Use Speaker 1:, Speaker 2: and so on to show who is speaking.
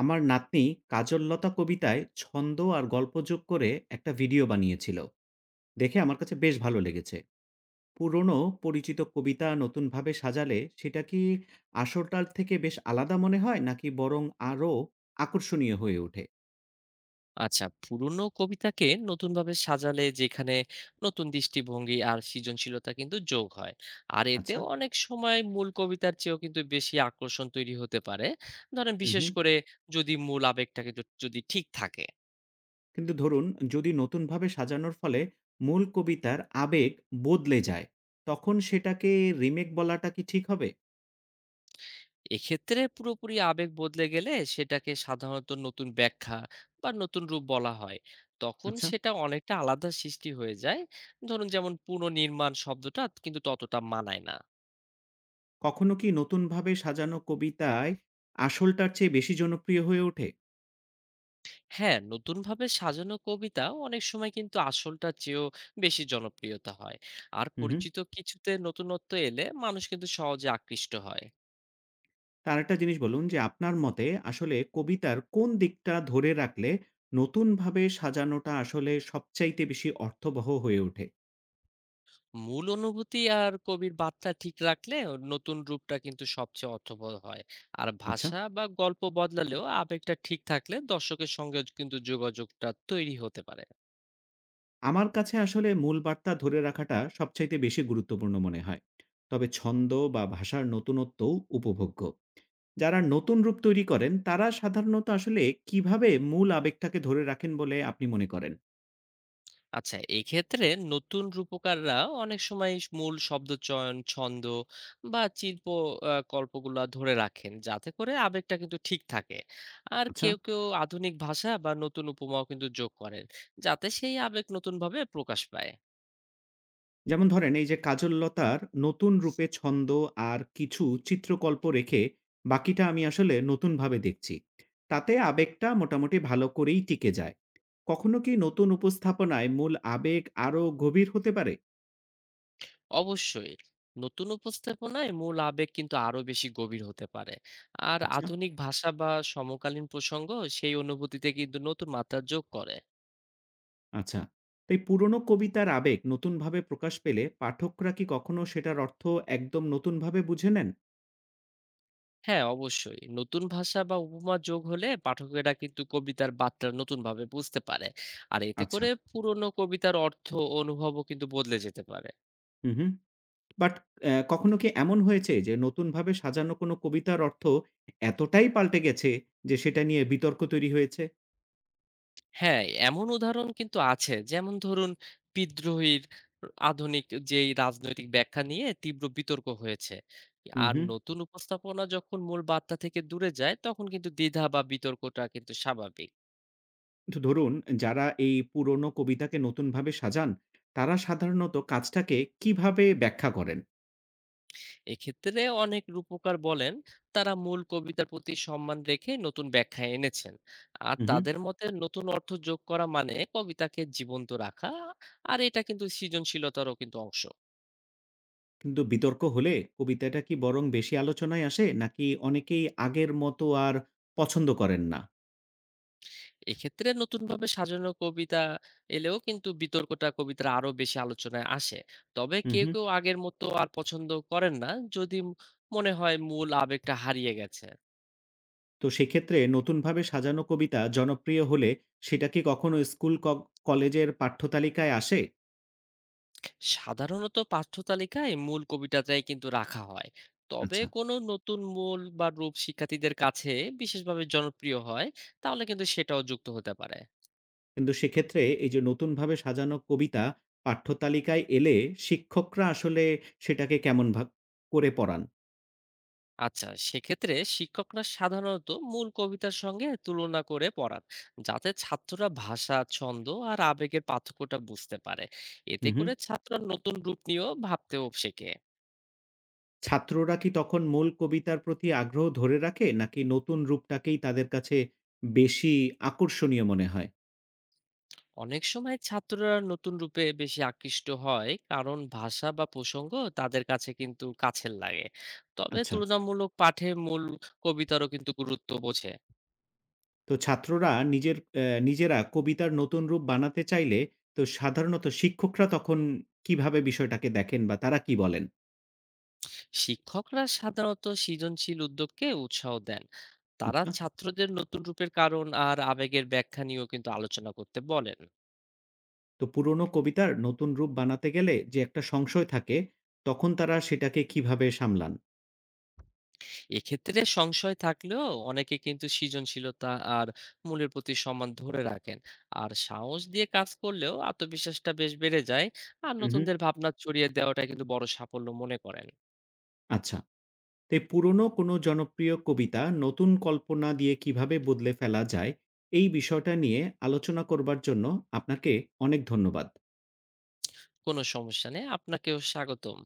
Speaker 1: আমার নাতনি কাজললতা কবিতায় ছন্দ আর গল্প যোগ করে একটা ভিডিও বানিয়েছিল, দেখে আমার কাছে বেশ ভালো লেগেছে। পুরনো পরিচিত কবিতা নতুনভাবে সাজালে সেটা কি আসরটার থেকে বেশ আলাদা মনে হয়, নাকি বরং আরও আকর্ষণীয় হয়ে ওঠে?
Speaker 2: আচ্ছা পুরনো কবিতাকে নতুন ভাবে সাজালে যেখানে নতুন দৃষ্টিভঙ্গি আর সৃজনশীলতা কিন্তু যোগ হয়। আর এতে
Speaker 1: আচ্ছা।
Speaker 2: অনেক সময় মূল কবিতার চেয়েও কিন্তু বেশি আকর্ষণ তৈরি হতে পারে। ধরেন বিশেষ
Speaker 1: হুম।
Speaker 2: করে যদি মূল আবেগটা কিন্তু যদি ঠিক থাকে।
Speaker 1: কিন্তু ধরুন, যদি নতুনভাবে সাজানোর ফলে মূল কবিতার আবেগ বদলে যায়, তখন সেটাকে রিমেক বলাটা কি ঠিক হবে?
Speaker 2: এক্ষেত্রে পুরোপুরি আবেগ বদলে গেলে সেটাকে সাধারণত নতুন ব্যাখ্যা বা নতুন রূপ বলা হয়। তখন
Speaker 1: আচ্ছা।
Speaker 2: সেটা অনেকটা আলাদা সৃষ্টি হয়ে যায়। ধরুন যেমন পুনর্নির্মাণ শব্দটা কিন্তু ততটা মানায় না।
Speaker 1: কখনো কি নতুনভাবে সাজানো কবিতায় আসলটার চেয়ে বেশি জনপ্রিয় হয়ে ওঠে?
Speaker 2: হ্যাঁ, নতুনভাবে সাজানো কবিতা অনেক সময় কিন্তু আসলটার চেয়েও বেশি জনপ্রিয়তা হয়। আর
Speaker 1: হুম, হুম।
Speaker 2: পরিচিত কিছুতে নতুনত্ব এলে মানুষ কিন্তু সহজে আকৃষ্ট হয়।
Speaker 1: তার একটা জিনিস বলুন যে আপনার মতে আসলে কবিতার কোন দিকটা ধরে রাখলে নতুনভাবে সাজানোটা আসলে সবচাইতে বেশি অর্থবহ হয়ে ওঠে?
Speaker 2: মূল অনুভূতি আর কবির বার্তা ঠিক রাখলে নতুন রূপটা কিন্তু সবচেয়ে অর্থবহ হয়। আর
Speaker 1: আচ্ছা।
Speaker 2: ভাষা বা গল্প বদলালেও আবেগটা ঠিক থাকলে দর্শকের সঙ্গে কিন্তু যোগাযোগটা তৈরি হতে পারে।
Speaker 1: আমার কাছে আসলে মূল বার্তা ধরে রাখাটা সবচাইতে বেশি গুরুত্বপূর্ণ মনে হয়। তবে ছন্দ বা ভাষার নতুনত্বও উপভোগ্য। যারা নতুন রূপ তৈরি করেন তারা সাধারণত আসলে কিভাবে মূল আবেগটাকে ধরে রাখেন বলে আপনি মনে করেন?
Speaker 2: আচ্ছা, এক্ষেত্রে নতুন রূপকাররা অনেক সময় মূল শব্দচয়ন, ছন্দ বা শিল্প কল্পগুলা ধরে রাখেন যাতে করে আবেগটা কিন্তু ঠিক থাকে। আর
Speaker 1: আচ্ছা।
Speaker 2: কেউ কেউ আধুনিক ভাষা বা নতুন উপমাও কিন্তু যোগ করেন যাতে সেই আবেগ নতুনভাবে প্রকাশ পায়।
Speaker 1: যেমন ধরেন, এই যে কাজললতার নতুন রূপে ছন্দ আর কিছু চিত্রকল্প রেখে বাকিটা আমি আসলে নতুনভাবে দেখছি। তাতে আবেগটা মোটামুটি ভালো করেই টিকে যায়। কখনো কি নতুন উপস্থাপনায় মূল আবেগ আরো গভীর হতে পারে?
Speaker 2: অবশ্যই, নতুন উপস্থাপনায় মূল আবেগ কিন্তু আরো বেশি গভীর হতে পারে। আর
Speaker 1: আচ্ছা,
Speaker 2: আধুনিক ভাষা বা সমকালীন প্রসঙ্গ সেই অনুভূতিতে কিন্তু নতুন মাত্রা যোগ করে।
Speaker 1: আচ্ছা। তাই পুরনো কবিতার আবেগ নতুনভাবে প্রকাশ পেলে পাঠকরা কি কখনো সেটার অর্থ একদম নতুনভাবে বুঝে নেন?
Speaker 2: হ্যাঁ, অবশ্যই। নতুন ভাষা বা উপমা যোগ হলে পাঠকেরা কিন্তু কবিতার বার্তা নতুনভাবে বুঝতে পারে। আর এতে
Speaker 1: আচ্ছা।
Speaker 2: করে পুরনো কবিতার অর্থ ও অনুভবও কিন্তু বদলে যেতে পারে।
Speaker 1: হু, হু। বাট কখনো কি এমন হয়েছে যে নতুনভাবে সাজানো কোনো কবিতার অর্থ এতটাই পাল্টে গেছে যে সেটা নিয়ে বিতর্ক তৈরি হয়েছে?
Speaker 2: হ্যাঁ, এমন উদাহরণ কিন্তু আছে। যেমন ধরুন বিদ্রোহীর আধুনিক যেই রাজনৈতিক ব্যাখ্যা নিয়ে তীব্র বিতর্ক হয়েছে।
Speaker 1: হুম,
Speaker 2: আর
Speaker 1: হুম।
Speaker 2: নতুন উপস্থাপনা যখন মূল বার্তা থেকে দূরে যায় তখন কিন্তু দ্বিধা বা বিতর্কটা কিন্তু স্বাভাবিক।
Speaker 1: তো ধরুন, যারা এই পুরনো কবিতাকে নতুনভাবে সাজান, তারা সাধারণত কাজটাকে কিভাবে ব্যাখ্যা করেন?
Speaker 2: এক্ষেত্রে অনেক রূপকার বলেন তারা মূল কবিতার প্রতি সম্মান রেখে নতুন ব্যাখ্যা এনেছেন। আর
Speaker 1: হুম, হুম।
Speaker 2: তাদের মতে নতুন অর্থ যোগ করা মানে কবিতাকে জীবন্ত রাখা। আর এটা কিন্তু সৃজনশীলতারও কিন্তু অংশ।
Speaker 1: কিন্তু বিতর্ক হলে কবিতাটা কি বরং বেশি আলোচনায় আসে, নাকি অনেকেই আগের মতো আর পছন্দ করেন না?
Speaker 2: এক্ষেত্রে নতুনভাবে সাজানো কবিতা এলেও কিন্তু বিতর্কটা কবিতার আরো বেশি আলোচনায় আসে। তবে
Speaker 1: হুম,
Speaker 2: কেউ
Speaker 1: হুম।
Speaker 2: কেউ আগের মতো আর পছন্দ করেন না, যদি মনে হয় মূল আবেগটা হারিয়ে গেছে।
Speaker 1: তো সেক্ষেত্রে নতুনভাবে সাজানো কবিতা জনপ্রিয় হলে সেটা কি কখনো স্কুল, কলেজের পাঠ্যতালিকায় আসে?
Speaker 2: সাধারণত পাঠ্যতালিকায় মূল কবিতাটাই কিন্তু রাখা হয়। তবে
Speaker 1: আচ্ছা।
Speaker 2: কোনো নতুন মূল বা রূপ শিক্ষার্থীদের কাছে বিশেষভাবে জনপ্রিয় হয়, তাহলে কিন্তু সেটাও যুক্ত হতে পারে।
Speaker 1: কিন্তু সেক্ষেত্রে এই যে নতুনভাবে সাজানো কবিতা পাঠ্যতালিকায় এলে শিক্ষকরা আসলে সেটাকে কেমন ভাগ করে পড়ান?
Speaker 2: আচ্ছা সেক্ষেত্রে শিক্ষকরা সাধারণত মূল কবিতার সঙ্গে তুলনা করে পড়ান, যাতে ছাত্ররা ভাষা, ছন্দ আর আবেগের পার্থক্যটা বুঝতে পারে। এতে
Speaker 1: হুম, হুম।
Speaker 2: করে ছাত্ররা নতুন রূপ নিয়েও ভাবতেও শেখে।
Speaker 1: ছাত্ররা কি তখন মূল কবিতার প্রতি আগ্রহ ধরে রাখে, নাকি নতুন রূপটাকেই তাদের কাছে বেশি আকর্ষণীয় মনে হয়?
Speaker 2: অনেক সময় ছাত্ররা নতুন রূপে বেশি আকৃষ্ট হয় কারণ ভাষা বা প্রসঙ্গ তাদের কাছে কিন্তু কাছের লাগে। তবে
Speaker 1: আচ্ছা।
Speaker 2: তুলনামূলক পাঠে মূল কবিতারও কিন্তু গুরুত্ব বোঝে।
Speaker 1: তো ছাত্ররা নিজেরা কবিতার নতুন রূপ বানাতে চাইলে তো সাধারণত শিক্ষকরা তখন কিভাবে বিষয়টাকে দেখেন বা তারা কি বলেন?
Speaker 2: শিক্ষকরা সাধারণত সৃজনশীল উদ্যোগকে উৎসাহ দেন। তারা
Speaker 1: আচ্ছা।
Speaker 2: ছাত্রদের নতুন রূপের কারণ আর আবেগের ব্যাখ্যা নিয়েও কিন্তু আলোচনা করতে বলেন।
Speaker 1: তো পুরোনো কবিতার নতুন রূপ বানাতে গেলে যে একটা সংশয় থাকে, তখন তারা সেটাকে কিভাবে সামলান?
Speaker 2: এক্ষেত্রে সংশয় থাকলেও অনেকে কিন্তু সৃজনশীলতা আর মূলের প্রতি সম্মান ধরে রাখেন। আর সাহস দিয়ে কাজ করলেও আত্মবিশ্বাসটা বেশ বেড়ে যায়। আর
Speaker 1: হু, হু।
Speaker 2: নতুনদের ভাবনা ছড়িয়ে দেওয়াটা কিন্তু বড় সাফল্য মনে করেন।
Speaker 1: আচ্ছা। তো এই পুরোনো কোনো জনপ্রিয় কবিতা নতুন কল্পনা দিয়ে কিভাবে বদলে ফেলা যায়, এই বিষয়টা নিয়ে আলোচনা করবার জন্য আপনাকে অনেক ধন্যবাদ।
Speaker 2: কোনো সমস্যা নেই, আপনাকেও স্বাগতম।